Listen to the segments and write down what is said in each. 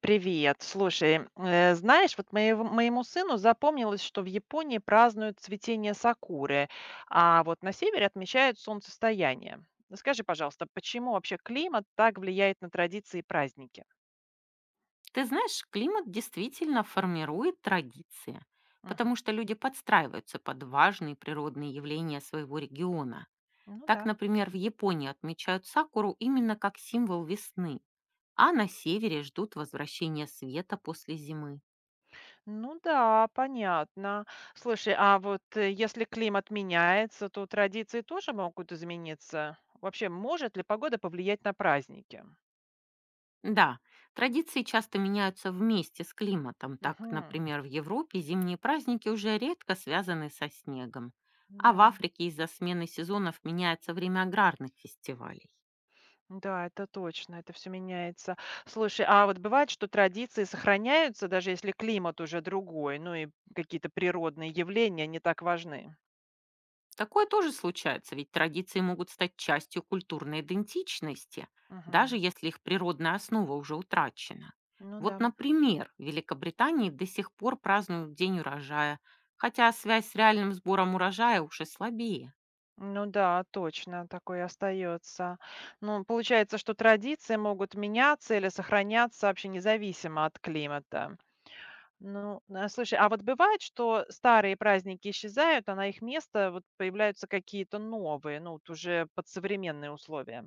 Привет. Слушай, знаешь, вот моему сыну запомнилось, что в Японии празднуют цветение сакуры, а вот на севере отмечают солнцестояние. Скажи, пожалуйста, почему вообще климат так влияет на традиции и праздники? Ты знаешь, климат действительно формирует традиции, Мгм. потому что люди подстраиваются под важные природные явления своего региона. Ну Так, да. например, в Японии отмечают сакуру именно как символ весны, а на севере ждут возвращения света после зимы. Ну да, понятно. Слушай, а вот если климат меняется, то традиции тоже могут измениться. Вообще, может ли погода повлиять на праздники? Да, традиции часто меняются вместе с климатом. Так, Угу. например, в Европе зимние праздники уже редко связаны со снегом, а в Да. Африке из-за смены сезонов меняется время аграрных фестивалей. Да, это точно, это все меняется. Слушай, а вот бывает, что традиции сохраняются, даже если климат уже другой, ну и какие-то природные явления не так важны? Такое тоже случается, ведь традиции могут стать частью культурной идентичности, даже Мгм. если их природная основа уже утрачена. Ну да. Вот, например, в Великобритании до сих пор празднуют День урожая, хотя связь с реальным сбором урожая уже слабее. Ну да, точно, такое остается. Ну, получается, что традиции могут меняться или сохраняться вообще независимо от климата. Ну, а слушай, а вот бывает, что старые праздники исчезают, а на их место вот появляются какие-то новые, ну вот уже под современные условия?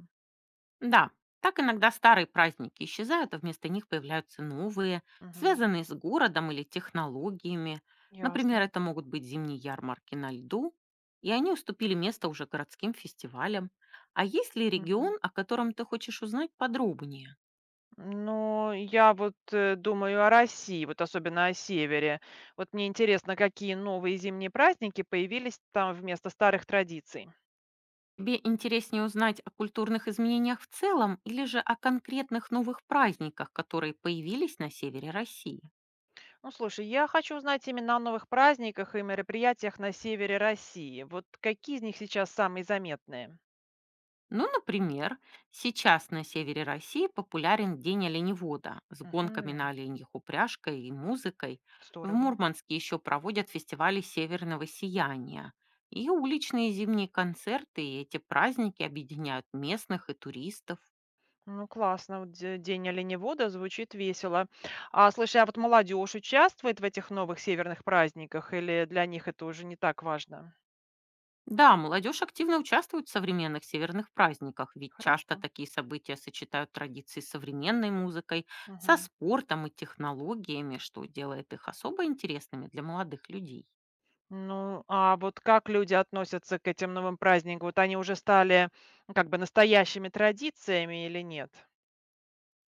Да, так иногда старые праздники исчезают, а вместо них появляются новые, Мгм. связанные с городом или технологиями. Например, Ясно. это могут быть зимние ярмарки на льду, и они уступили место уже городским фестивалям. А есть ли Мгм. регион, о котором ты хочешь узнать подробнее? Ну, я вот думаю о России, вот особенно о севере. Вот мне интересно, какие новые зимние праздники появились там вместо старых традиций. Тебе интереснее узнать о культурных изменениях в целом или же о конкретных новых праздниках, которые появились на севере России? Ну, слушай, я хочу узнать именно о новых праздниках и мероприятиях на севере России. Вот какие из них сейчас самые заметные? Ну, например, сейчас на севере России популярен День оленевода с гонками на Мгм. оленьих упряжкой и музыкой. В Здорово. Мурманске еще проводят фестивали северного сияния и уличные зимние концерты, и эти праздники объединяют местных и туристов. Ну, классно. Вот День оленевода звучит весело. А, слушай, а вот молодежь участвует в этих новых северных праздниках или для них это уже не так важно? Да, молодежь активно участвует в современных северных праздниках, ведь часто Хорошо. такие события сочетают традиции с современной музыкой, со Мгм. спортом и технологиями, что делает их особо интересными для молодых людей. Ну, а вот как люди относятся к этим новым праздникам? Вот они уже стали, ну, как бы настоящими традициями или нет?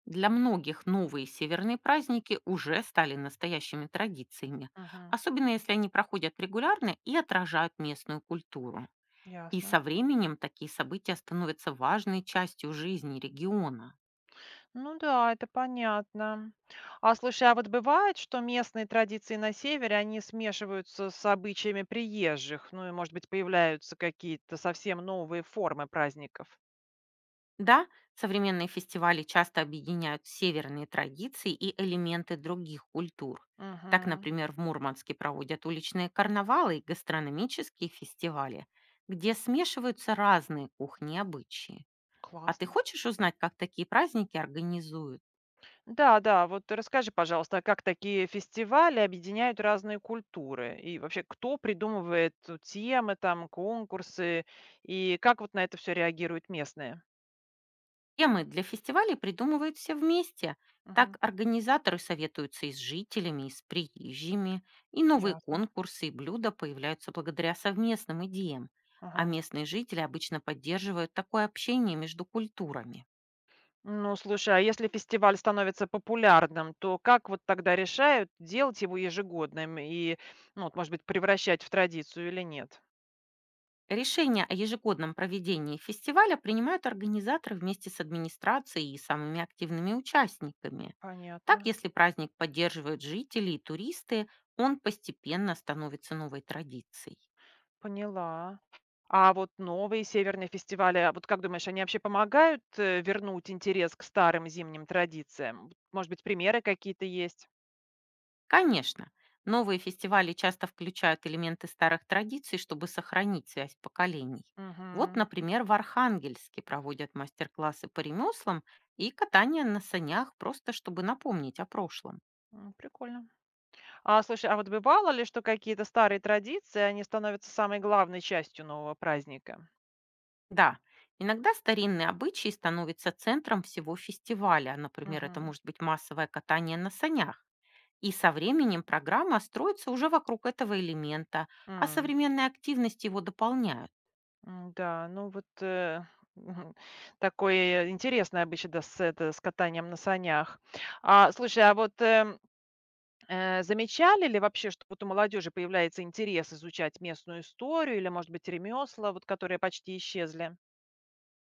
Для многих новые северные праздники уже стали настоящими традициями, Мгм. особенно если они проходят регулярно и отражают местную культуру. И Ясно. со временем такие события становятся важной частью жизни региона. Ну да, это понятно. А слушай, а вот бывает, что местные традиции на севере, они смешиваются с обычаями приезжих, ну и, может быть, появляются какие-то совсем новые формы праздников? Да, современные фестивали часто объединяют северные традиции и элементы других культур. Так, Угу. например, в Мурманске проводят уличные карнавалы и гастрономические фестивали, где смешиваются разные кухни и обычаи. А ты Классно. хочешь узнать, как такие праздники организуют? Да, да, вот расскажи, пожалуйста, а как такие фестивали объединяют разные культуры? И вообще, кто придумывает темы, там, конкурсы, и как вот на это все реагируют местные? Темы для фестивалей придумывают все вместе. Так Мгм. организаторы советуются и с жителями, и с приезжими, и новые Ясно. конкурсы и блюда появляются благодаря совместным идеям. А Ага. местные жители обычно поддерживают такое общение между культурами. Ну, слушай, а если фестиваль становится популярным, то как вот тогда решают, делать его ежегодным и, ну, вот, может быть, превращать в традицию или нет? Решение о ежегодном проведении фестиваля принимают организаторы вместе с администрацией и самыми активными участниками. Так, Понятно. если праздник поддерживают жители и туристы, он постепенно становится новой традицией. Поняла. А вот новые северные фестивали, а вот как думаешь, они вообще помогают вернуть интерес к старым зимним традициям? Может быть, примеры какие-то есть? Конечно, новые фестивали часто включают элементы старых традиций, чтобы сохранить связь поколений. Вот, Мгм. например, в Архангельске проводят мастер-классы по ремеслам и катание на санях, просто чтобы напомнить о прошлом. М, прикольно. А слушай, а вот бывало ли, что какие-то старые традиции, они становятся самой главной частью нового праздника? Да, иногда старинные обычаи становятся центром всего фестиваля. Например, это Мгм. может быть массовое катание на санях. И со временем программа строится уже вокруг этого элемента, а М, современные активности его дополняют. Да, ну вот такое интересное обычай да, с, это, с катанием на санях. А, слушай, а вот замечали ли вообще, что вот у молодежи появляется интерес изучать местную историю или, может быть, ремесла, вот которые почти исчезли?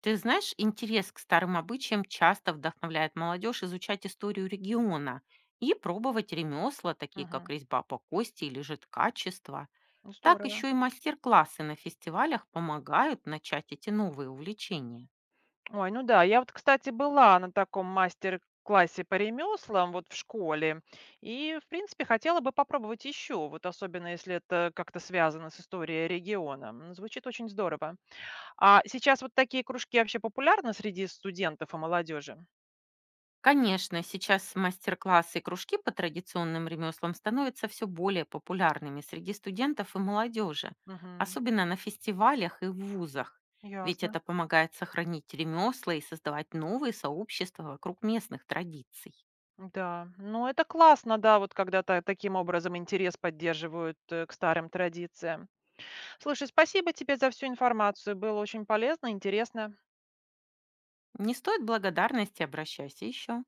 Ты знаешь, интерес к старым обычаям часто вдохновляет молодежь изучать историю региона и пробовать ремесла, такие как Мгм. резьба по кости или же ткачество. Ну, Так здорово. еще и мастер-классы на фестивалях помогают начать эти новые увлечения. Ой, ну да, я вот, кстати, была на таком мастер-классе по ремеслам вот в школе. И, в принципе, хотела бы попробовать еще, вот особенно если это как-то связано с историей региона. М, звучит очень здорово. А сейчас вот такие кружки вообще популярны среди студентов и молодежи? Конечно, сейчас мастер-классы и кружки по традиционным ремеслам становятся все более популярными среди студентов и молодежи, Мгм. особенно на фестивалях и в вузах. Ведь Ясно. это помогает сохранить ремесла и создавать новые сообщества вокруг местных традиций. Да, ну это классно, да, вот когда таким образом интерес поддерживают к старым традициям. Слушай, спасибо тебе за всю информацию, было очень полезно, интересно. Не стоит благодарности, обращайся еще.